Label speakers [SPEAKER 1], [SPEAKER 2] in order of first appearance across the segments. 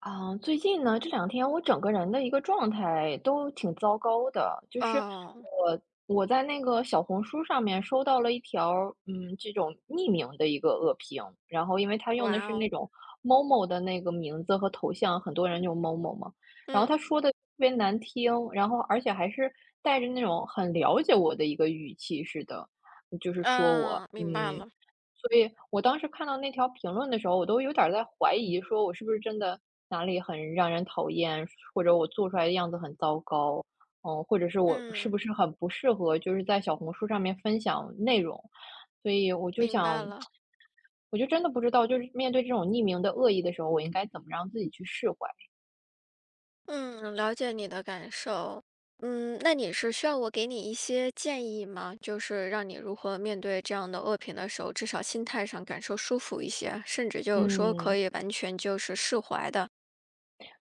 [SPEAKER 1] 啊，最近呢，这两天我整个人的一个状态都挺糟糕的，就是
[SPEAKER 2] 哦，
[SPEAKER 1] 我在那个小红书上面收到了一条，这种匿名的一个恶评，然后因为他用的
[SPEAKER 2] 哇
[SPEAKER 1] 是那
[SPEAKER 2] 哦，
[SPEAKER 1] 种某某的那个名字和头像，很多人用某某嘛，然后
[SPEAKER 2] 嗯，
[SPEAKER 1] 他说的特别难听，然后而且还是带着那种很了解我的一个语气似的，就是说我。
[SPEAKER 2] 嗯，明白了，
[SPEAKER 1] 所以我当时看到那条评论的时候，我都有点儿在怀疑，说我是不是真的哪里很让人讨厌，或者我做出来的样子很糟糕，或者是我是
[SPEAKER 2] 嗯，
[SPEAKER 1] 不是很不适合，就是在小红书上面分享内容。所以我就
[SPEAKER 2] 明白
[SPEAKER 1] 想，
[SPEAKER 2] 了，
[SPEAKER 1] 我就真的不知道，就是面对这种匿名的恶意的时候，我应该怎么让自己去释怀？
[SPEAKER 2] 嗯，了解你的感受，嗯，那你是需要我给你一些建议吗？就是让你如何面对这样的恶评的时候，至少心态上感受舒服一些，甚至就是说
[SPEAKER 1] 嗯，
[SPEAKER 2] 可以完全就是释怀的，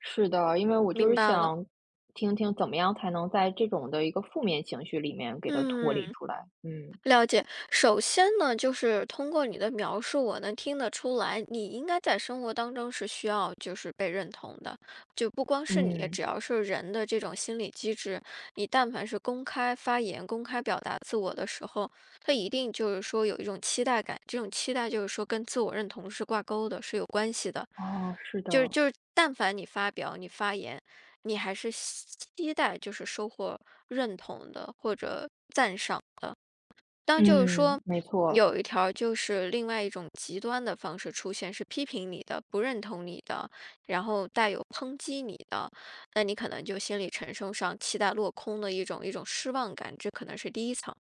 [SPEAKER 1] 是的，因为我就
[SPEAKER 2] 明
[SPEAKER 1] 是
[SPEAKER 2] 白了，
[SPEAKER 1] 想听听怎么样才能在这种的一个负面情绪里面给它脱离
[SPEAKER 2] 嗯。
[SPEAKER 1] 出来。嗯
[SPEAKER 2] 了解，首先呢，就是通过你的描述，我能听得出来，你应该在生活当中是需要就是被认同的，就不光是你，
[SPEAKER 1] 嗯，
[SPEAKER 2] 只要是人的这种心理机制，你但凡是公开发言、公开表达自我的时候，他一定就是说有一种期待感，这种期待就是说跟自我认同是挂钩的，是有关系的，
[SPEAKER 1] 哦，是
[SPEAKER 2] 就是
[SPEAKER 1] 的。
[SPEAKER 2] 就是，但凡你发表、你发言，你还是期待就是收获认同的，或者。当就是说，
[SPEAKER 1] 嗯，没错，
[SPEAKER 2] 有一条就是另外一种极端的方式出现，是批评你的、不认同你的，然后带有抨击你的，那你可能就心理承受上期待落空的一种失望感，这可能是第一层。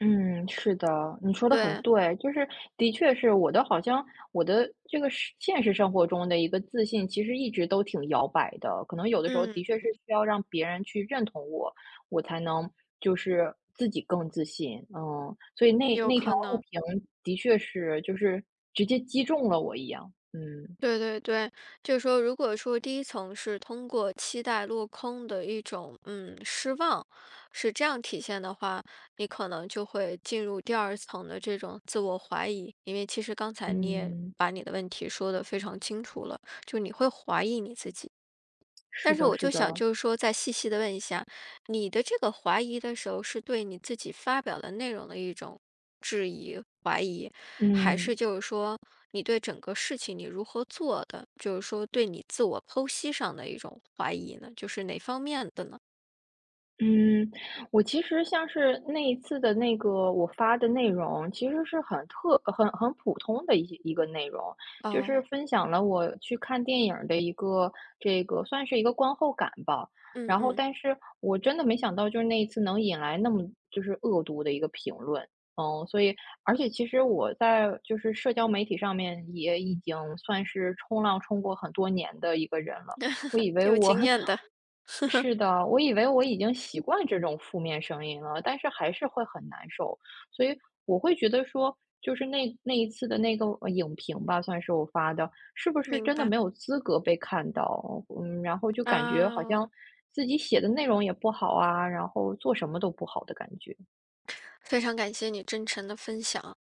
[SPEAKER 1] 嗯，是的，你说的很
[SPEAKER 2] 对，
[SPEAKER 1] 对，就是的确是我的好像我的这个是现实生活中的一个自信，其实一直都挺摇摆的，可能有的时候
[SPEAKER 2] 嗯，
[SPEAKER 1] 的确是需要让别人去认同我，我才能就是自己更自信，所以那
[SPEAKER 2] 有
[SPEAKER 1] 那条
[SPEAKER 2] 可
[SPEAKER 1] 恶
[SPEAKER 2] 能。
[SPEAKER 1] 评的确是就是直接击中了我一样，嗯
[SPEAKER 2] 对对对，就是说，如果说第一层是通过期待落空的一种失望，是这样体现的话，你可能就会进入第二层的这种自我怀疑，因为其实刚才你也
[SPEAKER 1] 嗯，
[SPEAKER 2] 把你的问题说的非常清楚了，就你会怀疑你自己。
[SPEAKER 1] 是
[SPEAKER 2] 但是
[SPEAKER 1] 的，
[SPEAKER 2] 我
[SPEAKER 1] 是
[SPEAKER 2] 就想
[SPEAKER 1] 的，
[SPEAKER 2] 就是说再细细的问一下，你的这个怀疑的时候，是对你自己发表的内容的一种质疑、怀疑，还
[SPEAKER 1] 嗯。
[SPEAKER 2] 是就是说你对整个事情你如何做的，就是说对你自我剖析上的一种怀疑呢？就是哪方面的呢？
[SPEAKER 1] 嗯，我其实像是那一次的那个我发的内容，其实是很特很很普通的一些一个内容，就是
[SPEAKER 2] 哦。
[SPEAKER 1] 分享了我去看电影儿的这个算是一个观后感吧。
[SPEAKER 2] 嗯
[SPEAKER 1] 然后，
[SPEAKER 2] 嗯，
[SPEAKER 1] 但是我真的没想到，就是那一次能引来那么就是恶毒的一个评论，所以而且其实我在就是社交媒体上面也已经算是冲浪冲过很多年的一个人了。我以为
[SPEAKER 2] 有
[SPEAKER 1] 我
[SPEAKER 2] 经验的，
[SPEAKER 1] 是的，我以为我已经习惯这种负面声音了，但是还是会很难受，所以我会觉得说，就是那一次的那个影评吧，算是我发的，是不是
[SPEAKER 2] 明
[SPEAKER 1] 真的
[SPEAKER 2] 白，
[SPEAKER 1] 没有资格被看到？嗯，然后就感觉好像
[SPEAKER 2] 啊。
[SPEAKER 1] 自己写的内容也不好啊，然后做什么都不好的感觉。
[SPEAKER 2] 非常感谢你真诚的分享。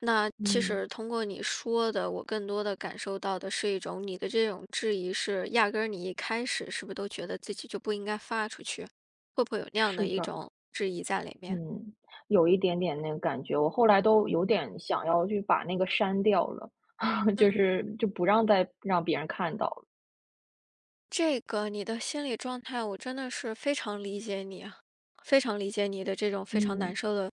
[SPEAKER 2] 那其
[SPEAKER 1] 嗯，
[SPEAKER 2] 实通过你说的，我更多的感受到的是一种你的这种质疑是，压根儿你一开始是不是都觉得自己就不应该发出去？会不会有那样的
[SPEAKER 1] 是
[SPEAKER 2] 一
[SPEAKER 1] 的，
[SPEAKER 2] 种质疑在里面？
[SPEAKER 1] 嗯，有一点点那个感觉，我后来都有点想要去把那个删掉了，就
[SPEAKER 2] 嗯。
[SPEAKER 1] 是就不让再让别人看到了。
[SPEAKER 2] 这个你的心理状态，我真的是非常理解你啊，非常理解你的这种非常
[SPEAKER 1] 嗯。
[SPEAKER 2] 难受的。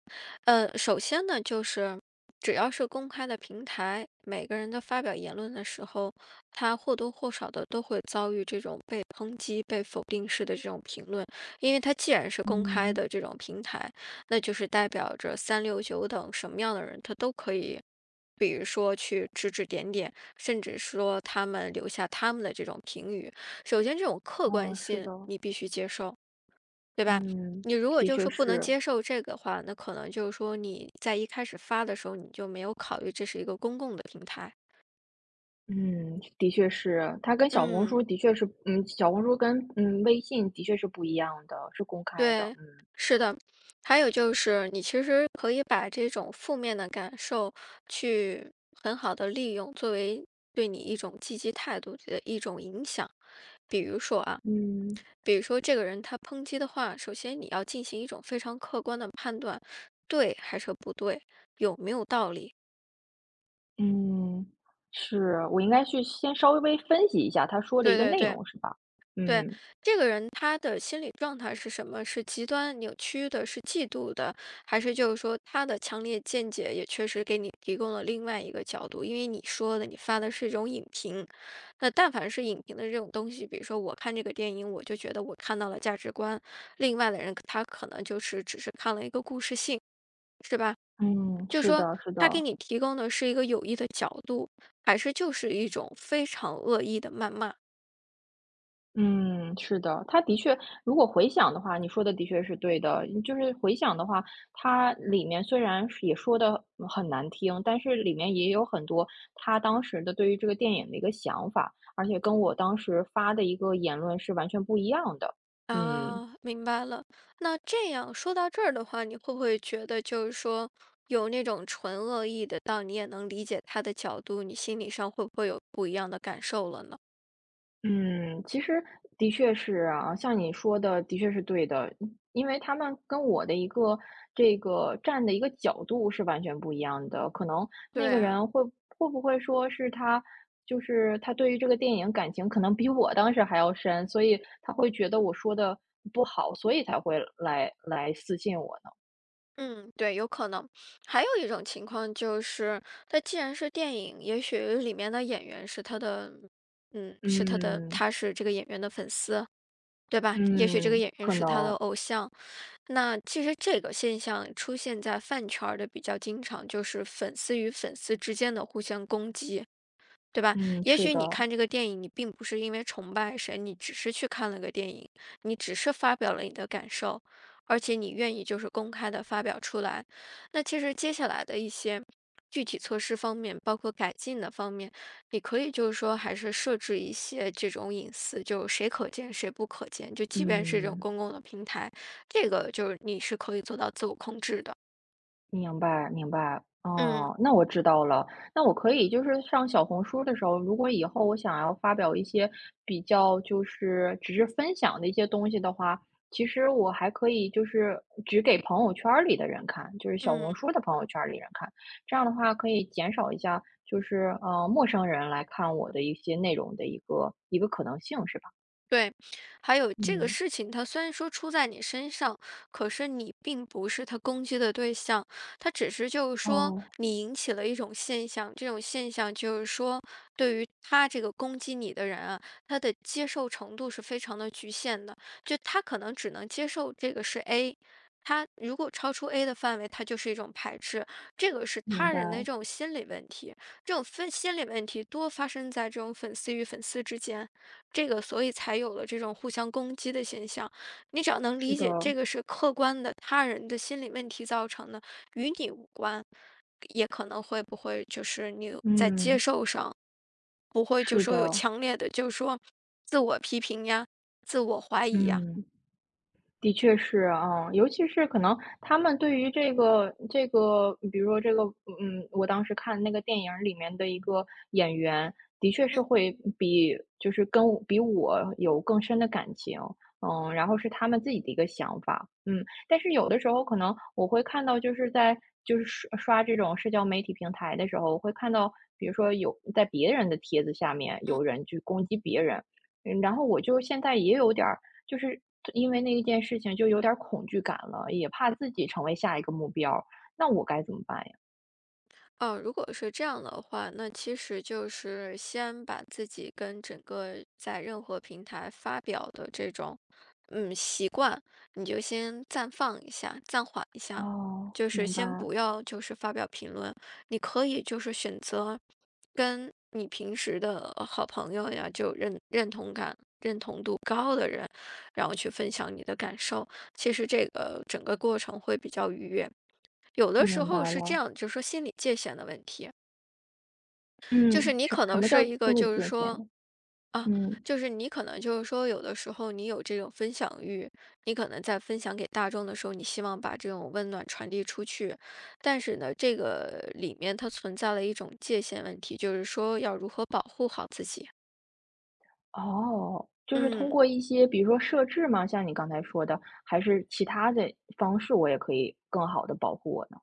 [SPEAKER 2] 首先呢，就是只要是公开的平台，每个人的发表言论的时候，他或多或少的都会遭遇这种被抨击、被否定式的这种评论，因为他既然是公开
[SPEAKER 1] 嗯，
[SPEAKER 2] 的这种平台，那就是代表着三六九等什么样的人，他都可以。比如说去指指点点，甚至说他们留下他们的这种评语，首先，这种客观
[SPEAKER 1] 哦，是
[SPEAKER 2] 性
[SPEAKER 1] 的，
[SPEAKER 2] 你必须接受。
[SPEAKER 1] 嗯，
[SPEAKER 2] 你如果
[SPEAKER 1] 的
[SPEAKER 2] 就
[SPEAKER 1] 确
[SPEAKER 2] 说不能
[SPEAKER 1] 是，
[SPEAKER 2] 接受这个的话，那可能就是说你在一开始发的时候，你就没有考虑这是一个公共的平台。
[SPEAKER 1] 嗯，的确是，它跟小红
[SPEAKER 2] 嗯，
[SPEAKER 1] 书的确是，小红书跟微信的确是不一样的，是公开的，
[SPEAKER 2] 对，
[SPEAKER 1] 嗯
[SPEAKER 2] 是的。还有就是，你其实可以把这种负面的感受去很好的利用，作为对你一种积极态度的一种影响。比如说啊。
[SPEAKER 1] 嗯
[SPEAKER 2] 比如说这个人他抨击的话，首先你要进行一种非常客观的判断，对还是不对，有没有道理？
[SPEAKER 1] 嗯，是我应该去先稍微分析一下他说的一
[SPEAKER 2] 对
[SPEAKER 1] 个
[SPEAKER 2] 对
[SPEAKER 1] 内
[SPEAKER 2] 对，
[SPEAKER 1] 容是吧？
[SPEAKER 2] 对，
[SPEAKER 1] 嗯
[SPEAKER 2] 这个人他的心理状态是什么？是极端扭曲的，是嫉妒的，还是就是说他的强烈见解也确实给你提供了另外一个角度？因为你说的，你发的是一种影评，那但凡是影评的这种东西，比如说我看这个电影，我就觉得我看到了价值观，另外的人他可能就是只是看了一个故事性，是吧？
[SPEAKER 1] 嗯，
[SPEAKER 2] 就
[SPEAKER 1] 是
[SPEAKER 2] 说
[SPEAKER 1] 的，是的，
[SPEAKER 2] 他给你提供的是一个有益的角度，还是就是一种非常恶意的谩骂？
[SPEAKER 1] 嗯，是的，他的确，如果回想的话，你说的的确是对的。就是回想的话，它里面虽然是也说的很难听，但是里面也有很多他当时的对于这个电影的一个想法，而且跟我当时发的一个言论是完全不一样的。嗯。
[SPEAKER 2] 啊，明白了。那这样说到这儿的话，你会不会觉得就是说有那种纯恶意的，到你也能理解他的角度，你心理上会不会有不一样的感受了呢？
[SPEAKER 1] 嗯，其实的确是啊，像你说的，的确是对的，因为他们跟我的这个站的一个角度是完全不一样的。可能那
[SPEAKER 2] 对
[SPEAKER 1] 个
[SPEAKER 2] 啊，
[SPEAKER 1] 人会不会说是他，就是他对于这个电影感情可能比我当时还要深，所以他会觉得我说的不好，所以才会来私信我呢。
[SPEAKER 2] 嗯，对，有可能。还有一种情况就是，它既然是电影，也许里面的演员是他的，嗯，是他的，
[SPEAKER 1] 嗯
[SPEAKER 2] 他是这个演员的粉丝，对吧？也许这个
[SPEAKER 1] 嗯，
[SPEAKER 2] 演员
[SPEAKER 1] 可
[SPEAKER 2] 是他的
[SPEAKER 1] 能
[SPEAKER 2] 偶像。那其实这个现象出现在饭圈儿的比较经常，就是粉丝与粉丝之间的互相攻击。对吧？
[SPEAKER 1] 嗯
[SPEAKER 2] 也
[SPEAKER 1] 是
[SPEAKER 2] 许
[SPEAKER 1] 的，
[SPEAKER 2] 你看这个电影，你并不是因为崇拜谁，你只是去看了个电影，你只是发表了你的感受，而且你愿意就是公开的发表出来。那其实接下来的一些具体措施方面，包括改进的方面，你可以就是说还是设置一些这种隐私，就是谁可见谁不可见，就即便是这种
[SPEAKER 1] 嗯。
[SPEAKER 2] 公共的平台，这个就是你是可以做到自我控制的。
[SPEAKER 1] 明白，明白。
[SPEAKER 2] 嗯
[SPEAKER 1] 哦，那我知道了。那我可以就是上小红书的时候，如果以后我想要发表一些比较就是只是分享的一些东西的话，其实我还可以就是只给朋友圈儿里的人看，就是小红书
[SPEAKER 2] 嗯。
[SPEAKER 1] 的朋友圈儿里人看。这样的话可以减少一下，就是陌生人来看我的一些内容的一个可能性，是吧？
[SPEAKER 2] 对，还有这个
[SPEAKER 1] 嗯，
[SPEAKER 2] 事情，它虽然说出在你身上，可是你并不是他攻击的对象，他只是就是说
[SPEAKER 1] 哦，
[SPEAKER 2] 你引起了一种现象，这种现象就是说，对于他这个攻击你的人啊，他的接受程度是非常的局限的，就他可能只能接受这个是 A。他如果超出 A 的范围，他就是一种排斥，这个是
[SPEAKER 1] 明
[SPEAKER 2] 他
[SPEAKER 1] 白，
[SPEAKER 2] 人的这种心理问题，这种分心理问题多发生在这种粉丝与粉丝之间。这个所以才有了这种互相攻击的现象。你只要能
[SPEAKER 1] 是
[SPEAKER 2] 理
[SPEAKER 1] 的，
[SPEAKER 2] 解这个是客观的他人的心理问题造成的，与你无关，也可能会不会就是你在接
[SPEAKER 1] 嗯，
[SPEAKER 2] 受上不会就
[SPEAKER 1] 是的，
[SPEAKER 2] 说有强烈的，就是说自我批评呀、自我怀疑呀。
[SPEAKER 1] 嗯。的确是，啊，尤其是可能他们对于这个，比如说这个，我当时看那个电影儿里面的一个演员，的确是
[SPEAKER 2] 嗯
[SPEAKER 1] 会比就是跟我比我有更深的感情，然后是他们自己的一个想法，但是有的时候可能我会看到，就是在就是刷刷这种社交媒体平台的时候，我会看到，比如说有在别人的帖子下面
[SPEAKER 2] 嗯。
[SPEAKER 1] 有人去攻击别人，然后我就现在也有点儿。就是因为那一件事情就有点儿恐惧感了，也怕自己成为下一个目标，那我该怎么办呀？
[SPEAKER 2] 嗯，如果是这样的话，那其实就是先把自己跟整个在任何平台发表的这种，嗯，习惯，你就先暂放一下，暂缓一下，
[SPEAKER 1] 哦，
[SPEAKER 2] 就是
[SPEAKER 1] 明
[SPEAKER 2] 先
[SPEAKER 1] 白，
[SPEAKER 2] 不要就是发表评论。你可以就是选择跟你平时的好朋友呀，就认同感度高的人，然后去分享你的感受。其实这个整个过程会比较愉悦。有的时
[SPEAKER 1] 明
[SPEAKER 2] 候
[SPEAKER 1] 白
[SPEAKER 2] 是这
[SPEAKER 1] 了。
[SPEAKER 2] 样，就是说心理界限的问题。就是
[SPEAKER 1] 嗯，
[SPEAKER 2] 你
[SPEAKER 1] 什
[SPEAKER 2] 可
[SPEAKER 1] 什
[SPEAKER 2] 能
[SPEAKER 1] 么叫
[SPEAKER 2] 是一个，
[SPEAKER 1] 心理
[SPEAKER 2] 就是
[SPEAKER 1] 界限
[SPEAKER 2] 说
[SPEAKER 1] 呢？
[SPEAKER 2] 啊，
[SPEAKER 1] 嗯，
[SPEAKER 2] 就是你可能就是说，有的时候你有这种分享欲，你可能在分享给大众的时候，你希望把这种温暖传递出去，但是呢，这个里面它存在了一种界限问题，就是说要如何保护好自己。
[SPEAKER 1] 哦，就是通
[SPEAKER 2] 嗯。
[SPEAKER 1] 过一些比如说设置吗？像你刚才说的，还是其他的方式，我也可以更好的保护我呢？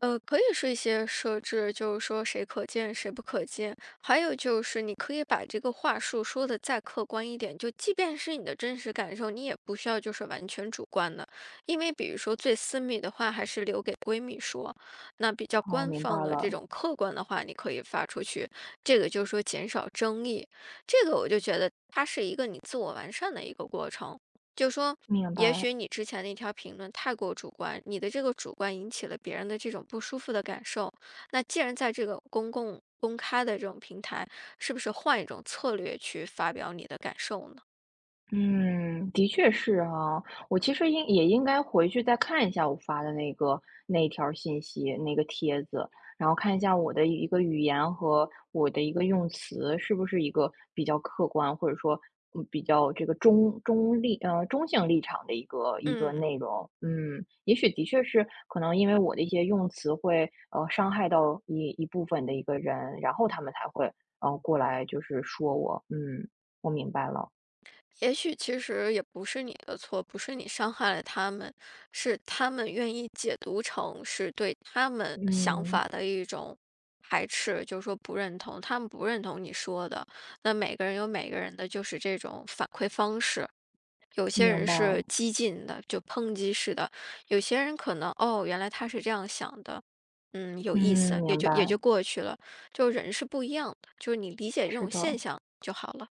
[SPEAKER 2] 可以是一些设置，就是说谁可见谁不可见，还有就是你可以把这个话术说的再客观一点，就即便是你的真实感受，你也不需要就是完全主观的，因为比如说最私密的话还是留给闺蜜说，那比较
[SPEAKER 1] 哦，
[SPEAKER 2] 官
[SPEAKER 1] 明白
[SPEAKER 2] 方的
[SPEAKER 1] 了，
[SPEAKER 2] 这种客观的话，你可以发出去，这个就是说减少争议，这个我就觉得它是一个你自我完善的一个过程。就说，
[SPEAKER 1] 明
[SPEAKER 2] 也
[SPEAKER 1] 白。
[SPEAKER 2] 许你之前的一条评论太过主观，你的这个主观引起了别人的这种不舒服的感受。那既然在这个公共公开的这种平台，是不是换一种策略去发表你的感受呢？
[SPEAKER 1] 嗯，的确是哈，我其实也应该回去再看一下我发的那一条儿信息，那个帖子，然后看一下我的一个语言和我的一个用词是不是一个比较客观，或者说比较这个中性立场的一个
[SPEAKER 2] 嗯。
[SPEAKER 1] 内容。嗯，也许的确是可能因为我的一些用词会伤害到一部分的一个人，然后他们才会过来就是说我，我明白了，
[SPEAKER 2] 也许其实也不是你的错，不是你伤害了他们，是他们愿意解读成是对他们想
[SPEAKER 1] 嗯。
[SPEAKER 2] 法的一种排斥，就是说不认同，他们不认同你说的。那每个人有每个人的就是这种反馈方式，有些
[SPEAKER 1] 明
[SPEAKER 2] 人
[SPEAKER 1] 白，
[SPEAKER 2] 是激进的，就抨击式的；有些人可能哦，原来他是这样想的，嗯，有意
[SPEAKER 1] 嗯，
[SPEAKER 2] 思，也
[SPEAKER 1] 明
[SPEAKER 2] 就也就
[SPEAKER 1] 白，
[SPEAKER 2] 过去了。就人是不一样的，就是你理解这
[SPEAKER 1] 是
[SPEAKER 2] 种
[SPEAKER 1] 的，
[SPEAKER 2] 现象就好了，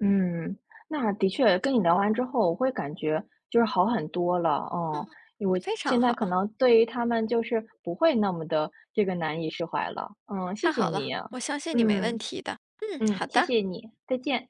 [SPEAKER 1] 嗯，那的确跟你聊完之后，我会感觉就是好很多了，因为我
[SPEAKER 2] 非常
[SPEAKER 1] 现在可
[SPEAKER 2] 好。
[SPEAKER 1] 能对于他们就是不会那么的这个难以释怀了，谢
[SPEAKER 2] 太
[SPEAKER 1] 谢
[SPEAKER 2] 好
[SPEAKER 1] 你
[SPEAKER 2] 了，
[SPEAKER 1] 啊，
[SPEAKER 2] 我相信你没问
[SPEAKER 1] 嗯
[SPEAKER 2] 题的。嗯，
[SPEAKER 1] 嗯，
[SPEAKER 2] 好的，
[SPEAKER 1] 谢
[SPEAKER 2] 拜拜。
[SPEAKER 1] 谢你，再见。